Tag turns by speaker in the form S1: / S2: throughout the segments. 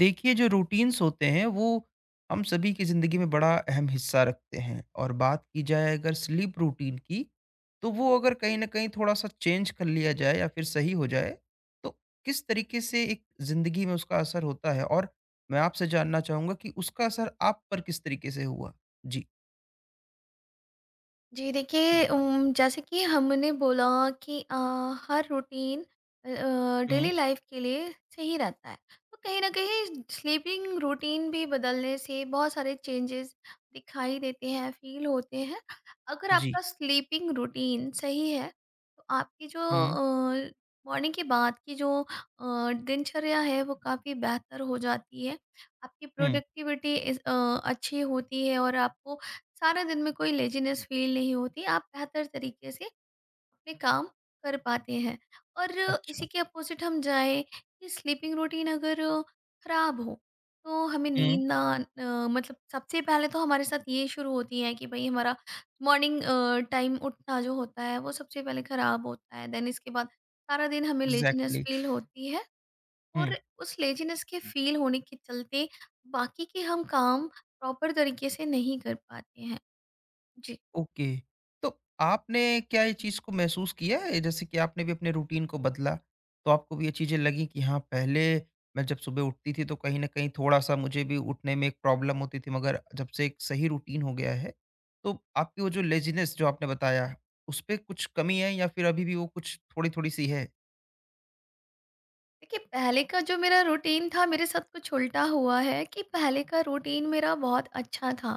S1: देखिए, जो रूटीन्स होते हैं वो हम सभी की ज़िंदगी में बड़ा अहम हिस्सा रखते हैं। और बात की जाए अगर स्लीप रूटीन की, तो वो अगर कहीं ना कहीं थोड़ा सा चेंज कर लिया जाए या फिर सही हो जाए, तो किस तरीके से एक ज़िंदगी में उसका असर होता है। और मैं आपसे जानना चाहूँगा कि उसका असर आप पर किस तरीके से हुआ। जी।
S2: जी देखिए जैसे कि हमने बोला कि हर रूटीन डेली
S1: हम्म।
S2: लाइफ के लिए सही रहता है। तो कहीं ना कहीं स्लीपिंग रूटीन भी बदलने से बहुत सारे चेंजेस दिखाई देते हैं, फील होते हैं। अगर
S1: जी।
S2: आपका स्लीपिंग रूटीन सही है तो आपकी जो
S1: हम्म।
S2: मॉर्निंग के बाद की जो दिनचर्या है वो काफ़ी बेहतर हो जाती है। आपकी
S1: हम्म।
S2: प्रोडक्टिविटी अच्छी होती है और आपको सारा दिन में कोई लेज़ीनेस फ़ील नहीं होती, आप बेहतर तरीके से अपने काम कर पाते हैं। और इसी
S1: अच्छा।
S2: के अपोज़िट हम जाएँ कि स्लीपिंग रूटीन अगर ख़राब हो, तो हमें
S1: हम्म।
S2: नींद ना मतलब सबसे पहले तो हमारे साथ ये शुरू होती है कि भई हमारा मॉर्निंग टाइम उठना जो होता है वो सबसे पहले ख़राब होता है। देन इसके बाद सारा दिन हमें लेज़ीनेस
S1: एग्जैक्टली।
S2: फ़ील होती है
S1: हम्म।
S2: और उस लेज़ीनेस के फ़ील होने के चलते बाकी के हम काम प्रॉपर तरीके से नहीं कर पाते हैं। जी।
S1: ओके। तो आपने, क्या ये चीज़ को महसूस किया है? जैसे कि आपने भी अपने रूटीन को बदला, तो आपको भी ये चीज़ें लगी कि हाँ, पहले मैं जब सुबह उठती थी तो कहीं न कहीं थोड़ा-सा मुझे भी उठने में एक प्रॉब्लम होती थी, मगर जब से एक सही रूटीन हो गया है, तो आपकी वो जो लेज़ीनेस जो आपने बताया, उसपे कुछ कमी है या फिर अभी भी वो कुछ थोड़ी-थोड़ी सी है?
S2: देखिए पहले का जो मेरा रूटीन था, मेरे साथ कुछ उल्टा हुआ है कि पहले का रूटीन मेरा बहुत अच्छा था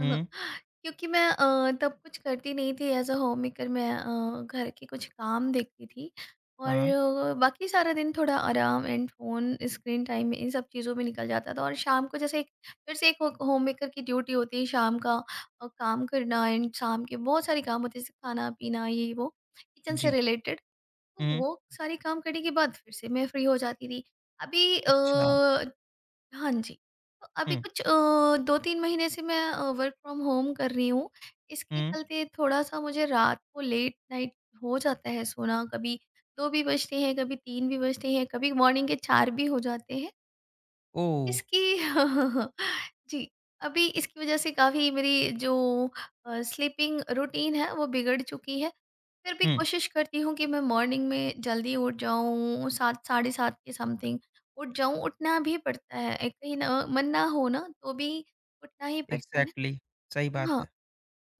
S1: हुँ।
S2: क्योंकि मैं तब कुछ करती नहीं थी। एज अ होम मेकर मैं घर के कुछ काम देखती थी और
S1: हाँ।
S2: बाकी सारा दिन थोड़ा आराम एंड फोन स्क्रीन टाइम इन सब चीज़ों में निकल जाता था। और शाम को जैसे एक फिर से एक होम मेकर की ड्यूटी होती है। शाम का काम करना एंड शाम के बहुत सारे काम होते हैं, जैसे खाना पीना ये वो किचन से
S1: जी।
S2: रिलेटेड। तो
S1: हुँ।
S2: वो सारे काम करने के बाद फिर से मैं फ्री हो जाती थी। अभी
S1: अच्छा।
S2: हाँ जी, तो अभी
S1: हुँ।
S2: कुछ 2-3 महीने से मैं वर्क फ्रॉम होम कर रही हूँ। इसके
S1: हुँ।
S2: चलते थोड़ा-सा मुझे रात को लेट नाइट हो जाता है सोना, कभी 2 भी बजते हैं, कभी 3 भी बजते हैं, कभी मॉर्निंग के 4 भी हो जाते हैं।
S1: ओह!
S2: इसकी जी, अभी इसकी वज़ह से काफ़ी मेरी जो स्लीपिंग रूटीन है वो बिगड़ चुकी है। फिर भी
S1: हुँ।
S2: कोशिश करती हूँ कि मैं मॉर्निंग में जल्दी उठ जाऊँ, 7 साढ़े 7 के समथिंग उठ जाऊँ। उठना भी पड़ता है, एक कहीं ना मन ना हो ना तो भी उठना ही पड़ता है।
S1: एग्ज़ैक्टली, सही बात
S2: हाँ,
S1: है।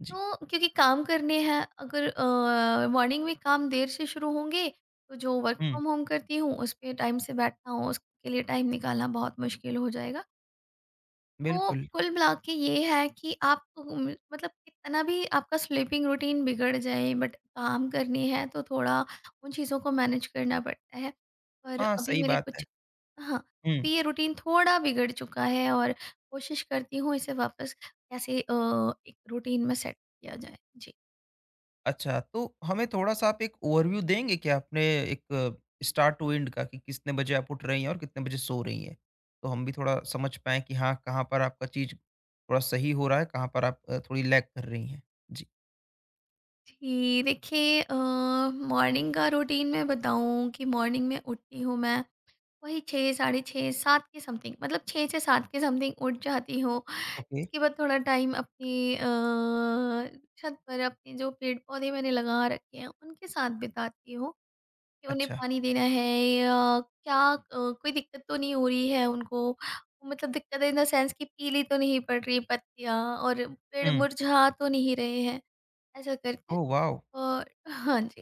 S1: जी।
S2: तो क्योंकि काम करने हैं, अगर मॉर्निंग में काम देर से शुरू होंगे तो जो वर्क
S1: हुँ।
S2: फ्रॉम होम करती हूँ उस पे टाइम से बैठना हो उसके लिए टाइम निकालना बहुत मुश्किल हो जाएगा। तो
S1: बिल्कुल।
S2: कुल मिला के ये है कि आप मतलब कितना भी आपका स्लीपिंग रूटीन बिगड़ जाए बट काम करनी है तो थोड़ा उन चीज़ों को मैनेज करना पड़ता है। पर
S1: हाँ,
S2: अभी
S1: सही
S2: मेरे
S1: बात है।
S2: कुछ हाँ,
S1: हुँ।
S2: अभी ये रूटीन थोड़ा बिगड़ चुका है और कोशिश करती हूँ इसे वापस कैसे एक रूटीन में सेट किया जाए। जी।
S1: अच्छा, तो हमें थोड़ा-सा आप एक ओवरव्यू देंगे क्या अपने, एक स्टार्ट टू एंड का, कि कितने बजे आप उठ रही हैं और कितने बजे सो रही हैं? तो हम भी थोड़ा समझ पाएँ कि हाँ, कहाँ पर आपका चीज़ थोड़ा सही हो रहा है, कहाँ पर आप थोड़ी लैग कर रही हैं? जी।
S2: जी, देखिए मॉर्निंग का रूटीन मैं बताऊँ कि मॉर्निंग में उठती हूँ मैं वही 6 साढ़े 6 7 के समथिंग, मतलब 6 से 7 के समथिंग उठ जाती हूँ। उसके
S1: ओके।
S2: बाद थोड़ा टाइम अपनी छत पर अपने जो पेड़ पौधे मैंने लगा रखे हैं उनके साथ बिताती हूँ, कि उन्हें
S1: अच्छा।
S2: पानी देना है या क्या कोई दिक्कत तो नहीं हो रही है उनको, मतलब दिक्कत इन द सेंस कि पीली तो नहीं पड़ रही पत्तियाँ और पेड़
S1: हुँ।
S2: मुरझा तो नहीं रहे हैं, ऐसा करके।
S1: Oh wow!
S2: और हाँ जी,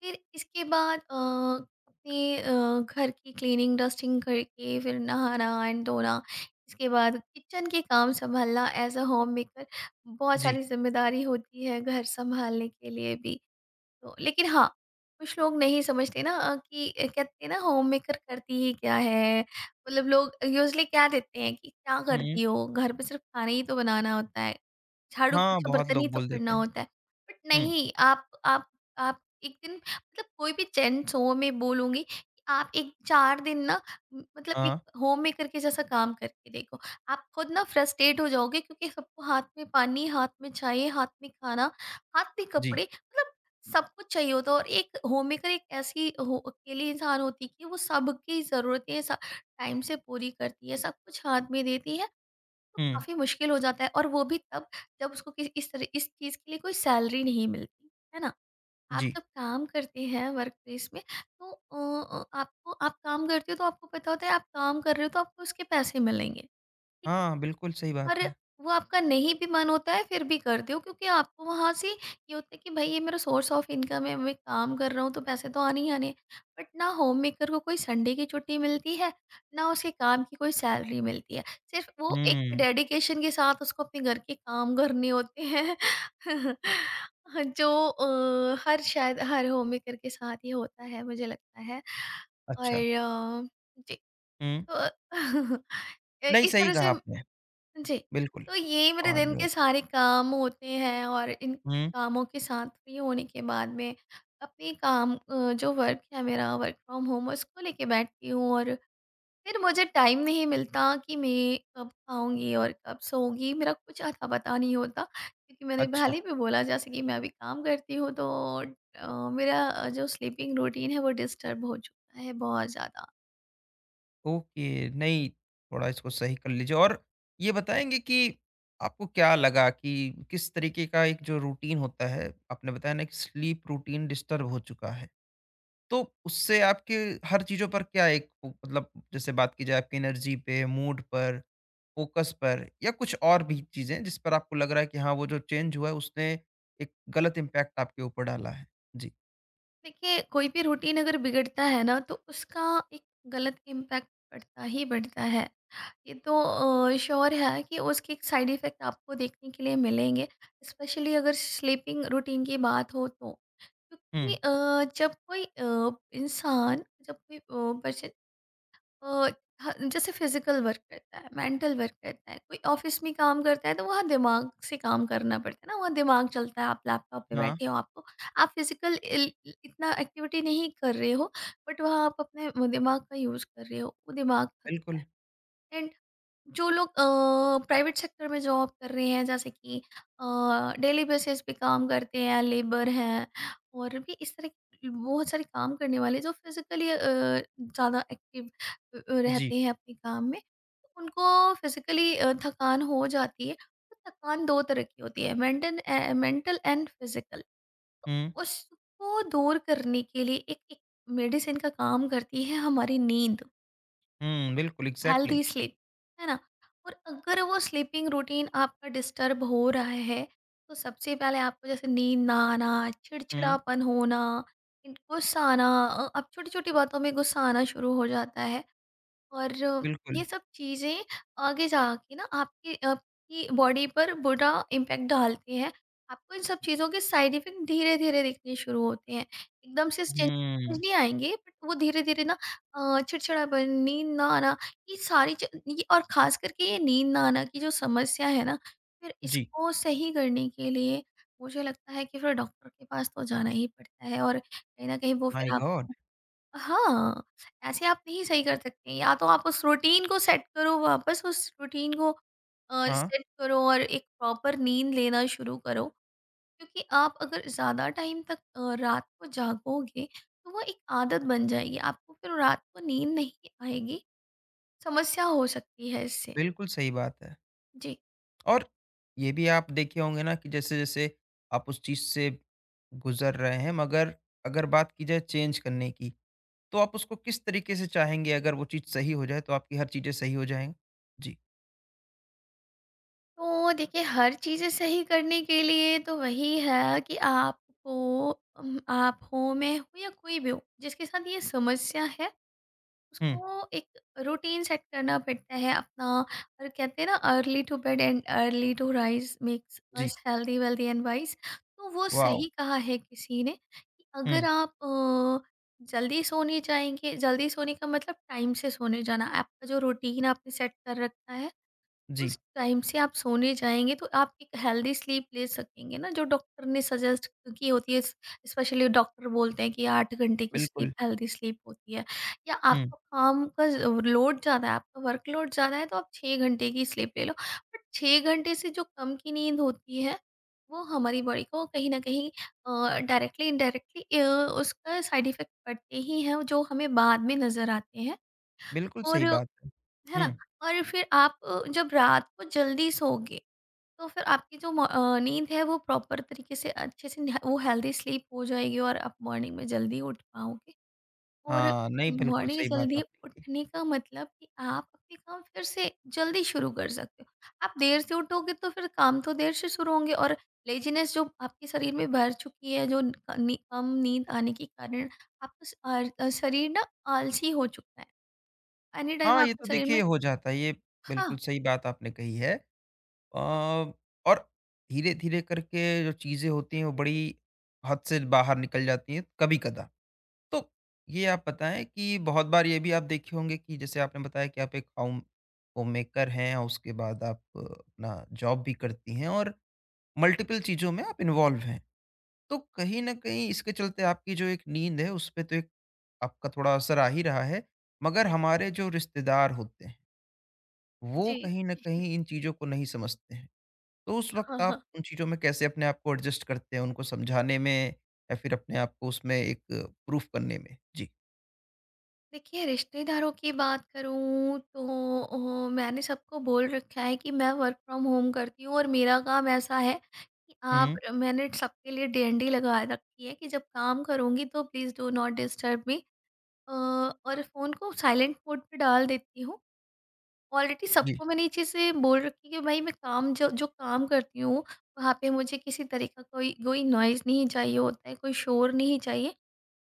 S2: फिर इसके बाद अपने घर की क्लीनिंग डस्टिंग करके फिर नहाना एंड धोना। इसके बाद किचन के काम संभालना। एज अ होम मेकर बहुत
S1: जी।
S2: सारी जिम्मेदारी होती है घर संभालने के लिए भी। तो लेकिन हाँ, कुछ लोग नहीं समझते ना कि कहते हैं ना होम मेकर करती ही क्या है। मतलब लोग यूजली क्या देते हैं कि क्या
S1: हुँ।
S2: करती हो घर पे, सिर्फ खाना ही तो बनाना होता है, झाड़ू
S1: हाँ,
S2: पोछा
S1: बहुत
S2: बर्तन ही
S1: लोग
S2: तो
S1: बोल
S2: करना
S1: देते हैं।
S2: होता है। बट
S1: हुँ।
S2: नहीं, आप आप एक दिन, मतलब कोई भी जेंट्स हो मैं बोलूँगी कि आप एक 4 दिन ना म मतलब एक
S1: हाँ।
S2: होम मेकर के जैसा काम करके देखो। आप खुद ना फ्रस्ट्रेट हो जाओगे क्योंकि सबको हाथ में पानी, हाथ में चाय, हाथ में खाना, हाथ में
S1: जी।
S2: कपड़े, मतलब सब कुछ चाहिए होता है। और एक होम मेकर एक ऐसी हो अकेली इंसान होती है कि वो सबकी ज़रूरतें स टाइम से पूरी करती है, सब कुछ हाथ में देती है। तो
S1: हुँ।
S2: काफ़ी मुश्किल हो जाता है और वो भी तब जब उसको किस इस तरह इस चीज़ के लिए कोई सैलरी नहीं मिलती, है ना? आप
S1: जी।
S2: जब काम करते हैं वर्कप्लेस में तो आपको आप काम करते हो तो आपको पता होता है आप काम कर रहे हो तो आपको उसके पैसे मिलेंगे, ठीक है?
S1: हाँ, बिल्कुल सही बात
S2: और
S1: है।
S2: वो आपका नहीं भी मन होता है फिर भी करते हो क्योंकि आपको वहाँ से ये होता है कि भाई ये मेरा सोर्स ऑफ इनकम है, मैं काम कर रहा हूँ तो पैसे तो आने ही आने हैं। बट ना होम मेकर को कोई संडे की छुट्टी मिलती है, ना उसके काम की कोई सैलरी मिलती है। सिर्फ वो एक
S1: हुँ।
S2: डेडिकेशन के साथ उसको अपने घर के काम करने होते हैं। जो हर शायद हर होम मेकर के साथ ही होता है, मुझे लगता है। और
S1: अच्छा।
S2: जी। तो
S1: हुँ, नहीं
S2: इस
S1: सही
S2: तरह
S1: कहा
S2: से,
S1: आपने।
S2: जी।
S1: बिल्कुल।
S2: तो ये मेरे दिन
S1: और
S2: के सारे काम होते हैं और इन
S1: हुँ।
S2: कामों के साथ फ्री होने के बाद में अपने काम जो वर्क है मेरा वर्क फ्रॉम होम उसको लेके बैठती हूँ। और फिर मुझे टाइम नहीं मिलता कि मैं कब खाऊँगी और कब सोऊँगी, मेरा कुछ अता-पता नहीं होता। क्योंकि मैंने
S1: अच्छा।
S2: पहले भी बोला, जैसे कि मैं अभी काम करती हूँ तो मेरा जो स्लीपिंग रूटीन है वो डिस्टर्ब हो चुका है बहुत ज़्यादा।
S1: ओके, नहीं, थोड़ा इसको सही कर लीजिए, और ये बताएँगे कि आपको क्या लगा, कि किस तरीके का एक जो रूटीन होता है, आपने बताया ना कि स्लीप रूटीन डिस्टर्ब हो चुका है। तो उससे आपके हर चीज़ों पर क्या एक वो- मतलब जैसे बात की जाए आपकी एनर्जी पे, मूड पर, फ़ोकस पर, या कुछ और भी चीज़ें जिस पर आपको लग रहा है कि हाँ, वो जो चेंज हुआ है उसने एक गलत इम्पैक्ट आपके ऊपर डाला है? जी।
S2: देखिए कोई भी रूटीन अगर बिगड़ता है ना तो उसका एक गलत इम्पैक्ट पड़ता ही पड़ता है। ये तो श्योर है कि उसके एक साइड इफ़ेक्ट आपको देखने के लिए मिलेंगे, स्पेशली अगर स्लीपिंग रूटीन की बात हो तो। क्योंकि
S1: हुँ।
S2: जब कोई इंसान, जब कोई पर्सन अ, ह जैसे फिज़िकल वर्क रहता है, मेंटल वर्क रहता है, कोई ऑफ़िस में काम करता है तो वहाँ दिमाग से काम करना पड़ता है ना, वहाँ दिमाग चलता है, आप लैपटॉप पे
S1: हाँ,
S2: बैठे हो, आपको आप फिज़िकल इल इतना एक्टिविटी नहीं कर रहे हो, बट वहाँ आप अपने दिमाग का यूज़ कर रहे हो, वो दिमाग थक
S1: बिल्कुल।
S2: एंड जो लोग प्राइवेट सेक्टर में जॉब कर रहे हैं जैसे कि डेली बेसिस पे काम करते हैं, लेबर हैं और भी इस तरह के बहुत सारे काम करने वाले जो फिजिकली ज़्यादा एक्टिव
S1: जी।
S2: रहते हैं अपने काम में, उनको फिजिकली थकान हो जाती है। तो थकान दो तरह की होती है, मेंटल मेंटल एंड फिजिकल।
S1: हुँ।
S2: उसको दूर करने के लिए एक एक मेडिसिन का काम करती है हमारी नींद,
S1: हुँ, बिल्कुल, एग्ज़ैक्टली।
S2: हेल्दी स्लीप, है ना? और अगर वो स्लीपिंग रूटीन आपका डिस्टर्ब हो रहा है तो सबसे पहले आपको जैसे नींद ना आना,
S1: हुँ।
S2: चिड़चिड़ापन होना, गुस्सा आना, अब छोटी छोटी बातों में गुस्सा आना शुरू हो जाता है। और ये
S1: बिल्कुल।
S2: सब चीज़ें आगे जाके ना आपकी आपकी बॉडी पर बुरा इम्पैक्ट डालती हैं। आपको इन सब चीज़ों के साइड इफ़ेक्ट धीरे-धीरे दिखने शुरू होते हैं। एकदम से चेंज समझ
S1: हुँ।
S2: नहीं आएँगे बट वो धीरे-धीरे ना चिड़चिड़ापन, नींद ना आना, ये सारी च ये और ख़ास करके ये नींद ना आना की जो समस्या है ना, फिर
S1: जी।
S2: इसको सही करने के लिए मुझे लगता है कि फिर डॉक्टर के पास तो जाना ही पड़ता है। और कहीं न कहीं वो
S1: माय
S2: फिर आप
S1: गॉड!
S2: हाँ, ऐसे आप नहीं सही कर सकते। या तो आप उस रूटीन को सेट करो, वापस उस रूटीन को
S1: हाँ।
S2: सेट करो और एक प्रॉपर नींद लेना शुरू करो। क्योंकि आप अगर ज़्यादा टाइम तक रात को जागोगे तो वो एक आदत बन जाएगी। आपको फिर रात को नींद नहीं आएगी, समस्या हो सकती है इससे।
S1: बिल्कुल सही बात है।
S2: जी।
S1: और ये भी आप देखे होंगे ना कि जैसे-जैसे आप उस चीज़ से गुज़र रहे हैं, मगर अगर बात की जाए चेंज करने की, तो आप उसको किस तरीके से चाहेंगे? अगर वो चीज़ सही हो जाए, तो आपकी हर चीज़ें सही हो जाएँ? जी।
S2: तो देखिए हर चीज़ें सही करने के लिए तो वही है कि आपको आप हो, मैं हूँ या कोई भी हो, जिसके साथ ये समस्या है
S1: हुँ।
S2: उसको एक रूटीन सेट करना पड़ता है अपना। और कहते हैं ना, early to bed and early to rise makes
S1: जी।
S2: Us healthy wealthy and wise, तो वो
S1: वॉव!
S2: सही कहा है किसी ने कि अगर
S1: हुँ।
S2: आप जल्दी सोने जाएंगे, जल्दी सोने का मतलब टाइम से सोने जाना, आपका जो रूटीन आपने सेट कर रखा है उस
S1: जी।
S2: टाइम से आप सोने जाएँगे तो आप एक हेल्दी स्लीप ले सकेंगे ना जो डॉक्टर ने सजेस्ट की होती है। स्पेशली डॉक्टर बोलते हैं कि 8 घंटे की स्लीप
S1: बिल्कुल।
S2: हेल्दी स्लीप होती है। या
S1: हुँ।
S2: आपका काम का लोड ज़्यादा है, आपका वर्कलोड ज़्यादा है तो आप 6 घंटे की स्लीप ले लो। बट 6 घंटे से जो कम की नींद होती है, वो हमारी बॉडी को कहीं न कहीं डायरेक्टली इनडायरेक्टली उसका साइड इफेक्ट पड़ते ही हैं, जो हमें बाद में नज़र आते हैं।
S1: बिल्कुल
S2: और
S1: सही बात है।
S2: है ना?
S1: हुँ।
S2: और फिर आप जब रात को जल्दी सोओगे, तो फिर आपकी जो नींद है वो प्रॉपर तरीके से अच्छे से न वो हेल्दी स्लीप हो जाएगी और आप मॉर्निंग में जल्दी उठ पाओगे। और
S1: हाँ, नहीं बिल्कुल
S2: मॉर्निंग
S1: सही बात
S2: जल्दी
S1: आपने कही।
S2: उठने का मतलब कि आप अपने काम फिर से जल्दी शुरू कर सकते हो। आप देर से उठोगे तो फिर काम तो देर से शुरू होंगे और लेज़ीनेस जो आपके शरीर में भर चुकी है, जो क नी कम नींद आने के कारण आपका शरीर ना आलसी हो चुका है। एनी टाइम
S1: हाँ, ये
S2: आपके
S1: तो
S2: शरीर में।
S1: देखिए हो जाता है, ये
S2: हाँ,
S1: बिल्कुल सही बात आपने कही है। अ, और धीरे-धीरे करके जो चीज़ें होती हैं वो बड़ी हद से बाहर निकल जाती हैं कभी-कदा। तो ये आप बताएँ कि बहुत बार ये भी आप देखे होंगे कि जैसे आपने बताया कि आप एक होममेकर हैं, और उसके बाद आप अपना जॉब भी करती हैं, और मल्टीपल चीज़ों में आप इन्वॉल्व हैं। तो कहीं न कहीं इसके चलते आपकी जो एक नींद है उस पे तो एक आपका थोड़ा असर आ ही रहा है, मगर हमारे जो रिश्तेदार होते हैं, वो
S2: जी।
S1: कहीं न कहीं इन चीज़ों को नहीं समझते हैं। तो उस
S2: हाँ,
S1: वक़्त आप
S2: हाँ।
S1: उन चीज़ों में कैसे अपने आप को एडजस्ट करते हैं, उनको समझाने में, या फिर अपने आप को उसमें एक प्रूफ करने में? जी।
S2: देखिए रिश्तेदारों की बात करूँ तो मैंने सबको बोल रखा है कि मैं वर्क फ्रॉम होम करती हूँ और मेरा काम ऐसा है कि आप
S1: हुँ।
S2: मैंने सबके लिए डंडी लगा रखी है कि जब काम करूँगी तो please do not disturb me. और फ़ोन को साइलेंट मोड पे डाल देती हूँ। ऑलरेडी
S1: जी।
S2: सबको मैंने ये चीज़ें बोल रखी है कि भाई मैं काम जो जो काम करती हूँ वहाँ पे मुझे किसी तरह का कोई कोई नॉइज़ नहीं चाहिए होता है, कोई शोर नहीं चाहिए।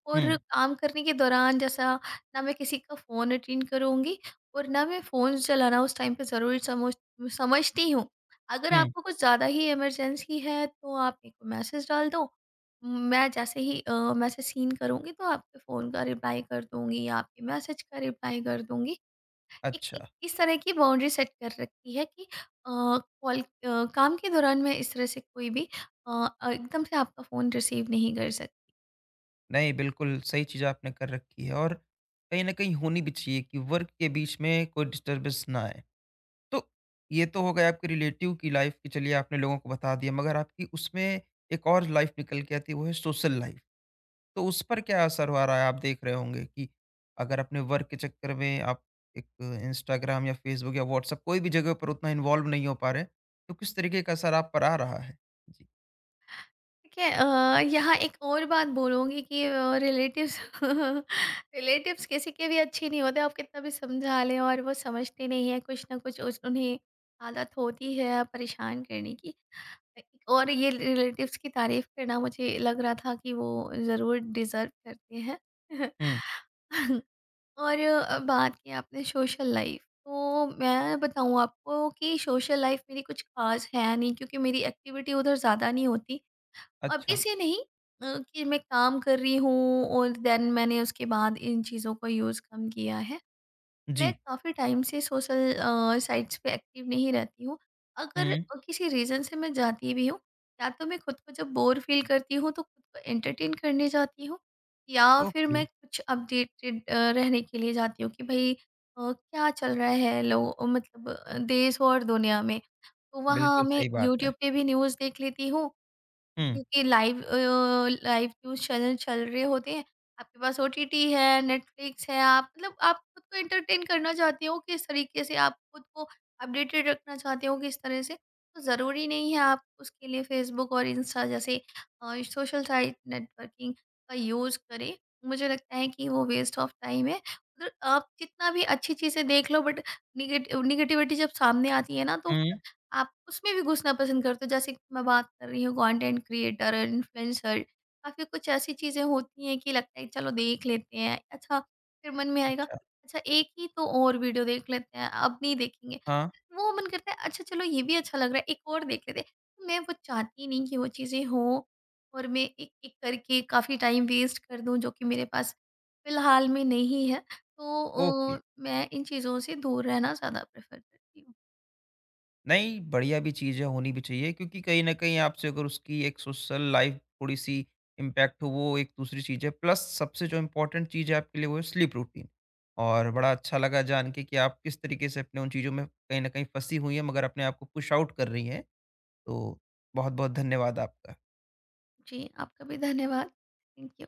S2: और
S1: हुँ।
S2: काम करने के दौरान जैसा ना मैं किसी का फ़ोन अटेंड करूँगी और ना मैं फ़ोन चलाना उस टाइम पे ज़रूरी समझती हूँ। अगर
S1: हुँ।
S2: आपको कुछ ज़्यादा ही इमरजेंसी है तो आप मेरे को मैसेज डाल दो। मैं जैसे ही मैसेज सीन करूँगी तो आपके फ़ोन का रिप्लाई कर दूँगी या आपके मैसेज का रिप्लाई कर दूँगी। एक एक
S1: अच्छा।
S2: इस तरह की बाउंड्री सेट कर रखी है कि कॉल काम के दौरान मैं इस तरह से कोई भी अ, एकदम से आपका फ़ोन रिसीव नहीं कर।
S1: नहीं, बिल्कुल सही चीज़ आपने कर रखी है, और कहीं न कहीं होनी भी चाहिए कि वर्क के बीच में कोई डिस्टर्बेंस ना आए। तो ये तो हो गए आपके रिलेटिव की लाइफ़ की, चलिए आपने लोगों को बता दिया, मगर आपकी उसमें एक और लाइफ़ निकल के आती है, वो है सोशल लाइफ़। तो उस पर क्या असर हो रहा है? आप देख रहे होंगे कि अगर अपने वर्क के चक्कर में आप एक इंस्टाग्राम या फ़ेसबुक या व्हाट्सएप कोई भी जगह पर उतना इन्वॉल्व नहीं हो पा रहे, तो किस तरीके का असर आप पर आ रहा है? जी।
S2: ठीक है, यहाँ एक और बात बोलूँगी कि रिलेटिव्स रिलेटिव्स किसी के भी अच्छे नहीं होते, आप कितना भी समझा लें और वो समझते नहीं है, कुछ ना कुछ उन्हें आदत होती है परेशान करने की। एक और ये रिलेटिव्स की तारीफ करना मुझे लग रहा था कि वो ज़रूर डिज़र्व करते हैं।
S1: हुँ।
S2: और बात की आपने सोशल लाइफ, तो मैं बताऊँ आपको कि सोशल लाइफ मेरी कुछ खास है नहीं क्योंकि मेरी एक्टिविटी उधर ज़्यादा नहीं होती। अभी
S1: अच्छा।
S2: से नहीं अ, कि मैं काम कर रही हूँ और देन मैंने उसके बाद इन चीज़ों का यूज़ कम किया है। मैं
S1: जी।
S2: काफ़ी टाइम से सोशल साइट्स पे एक्टिव नहीं रहती हूँ। अगर
S1: हुँ।
S2: किसी रीज़न से मैं जाती भी हूँ, या तो मैं खुद को जब बोर फ़ील करती हूँ तो खुद को एंटरटेन करने जाती हूँ, या फिर
S1: ओके।
S2: मैं कुछ अपडेटेड रहने के लिए जाती हूँ कि भई क्या चल रहा है लो मतलब देश और दुनिया में। तो वहाँ
S1: बिल्कुल
S2: मैं
S1: सही बात
S2: यूट्यूब
S1: है।
S2: पे भी न्यूज़ देख लेती हूँ
S1: हुँ।
S2: क्योंकि लाइव जो चैनल चल रहे होते हैं, आपके पास ओटीटी है, नेटफ्लिक्स है, आप मतलब आप खुद को एंटरटेन करना चाहते हो, किस तरीके से आप खुद को अपडेटेड रखना चाहते हो किस तरह से, तो ज़रूरी नहीं है आप उसके लिए फेसबुक और इंस्टा जैसे सोशल साइट नेटवर्किंग का यूज़ करें। मुझे लगता है कि वो वेस्ट ऑफ टाइम है। मतलब आप जितना भी अच्छी चीज़ें देख लो बट निगेट नेगेटिविटी जब सामने आती है ना तो
S1: हुँ।
S2: आप उसमें भी घुसना पसंद करते हो। जैसे कि मैं बात कर रही हूँ कंटेंट क्रिएटर, इन्फ्लुएंसर काफ़ी कुछ ऐसी चीज़ें होती हैं कि लगता है चलो देख लेते हैं। अच्छा फिर मन में आएगा
S1: अच्छा।
S2: अच्छा एक ही तो और वीडियो देख लेते हैं, अब नहीं देखेंगे।
S1: हाँ।
S2: वो मन करता है अच्छा चलो ये भी अच्छा लग रहा है एक और देख लेते हैं। तो मैं वो चाहती ही नहीं कि वो चीज़ें हों और मैं एक-एक करके काफ़ी टाइम वेस्ट कर दूँ जो कि मेरे पास फ़िलहाल में नहीं है। तो
S1: ओके।
S2: मैं इन चीज़ों से दूर रहना ज़्यादा प्रेफ़र करती हूँ।
S1: नहीं, बढ़िया भी चीज़ है, होनी भी चाहिए, क्योंकि कहीं न कहीं आपसे अगर उसकी एक सोशल लाइफ़ थोड़ी-सी इम्पैक्ट हो वो एक दूसरी चीज़ है। प्लस सबसे जो इम्पोर्टेंट चीज़ है आपके लिए वो है स्लीप रूटीन। और बड़ा अच्छा लगा जान के कि आप किस तरीके से अपने उन चीज़ों में कहीं न कहीं फँसी हुई हैं मगर अपने आप को पुश आउट कर रही हैं। तो बहुत-बहुत धन्यवाद आपका।
S2: जी, आपका भी धन्यवाद। Thank you.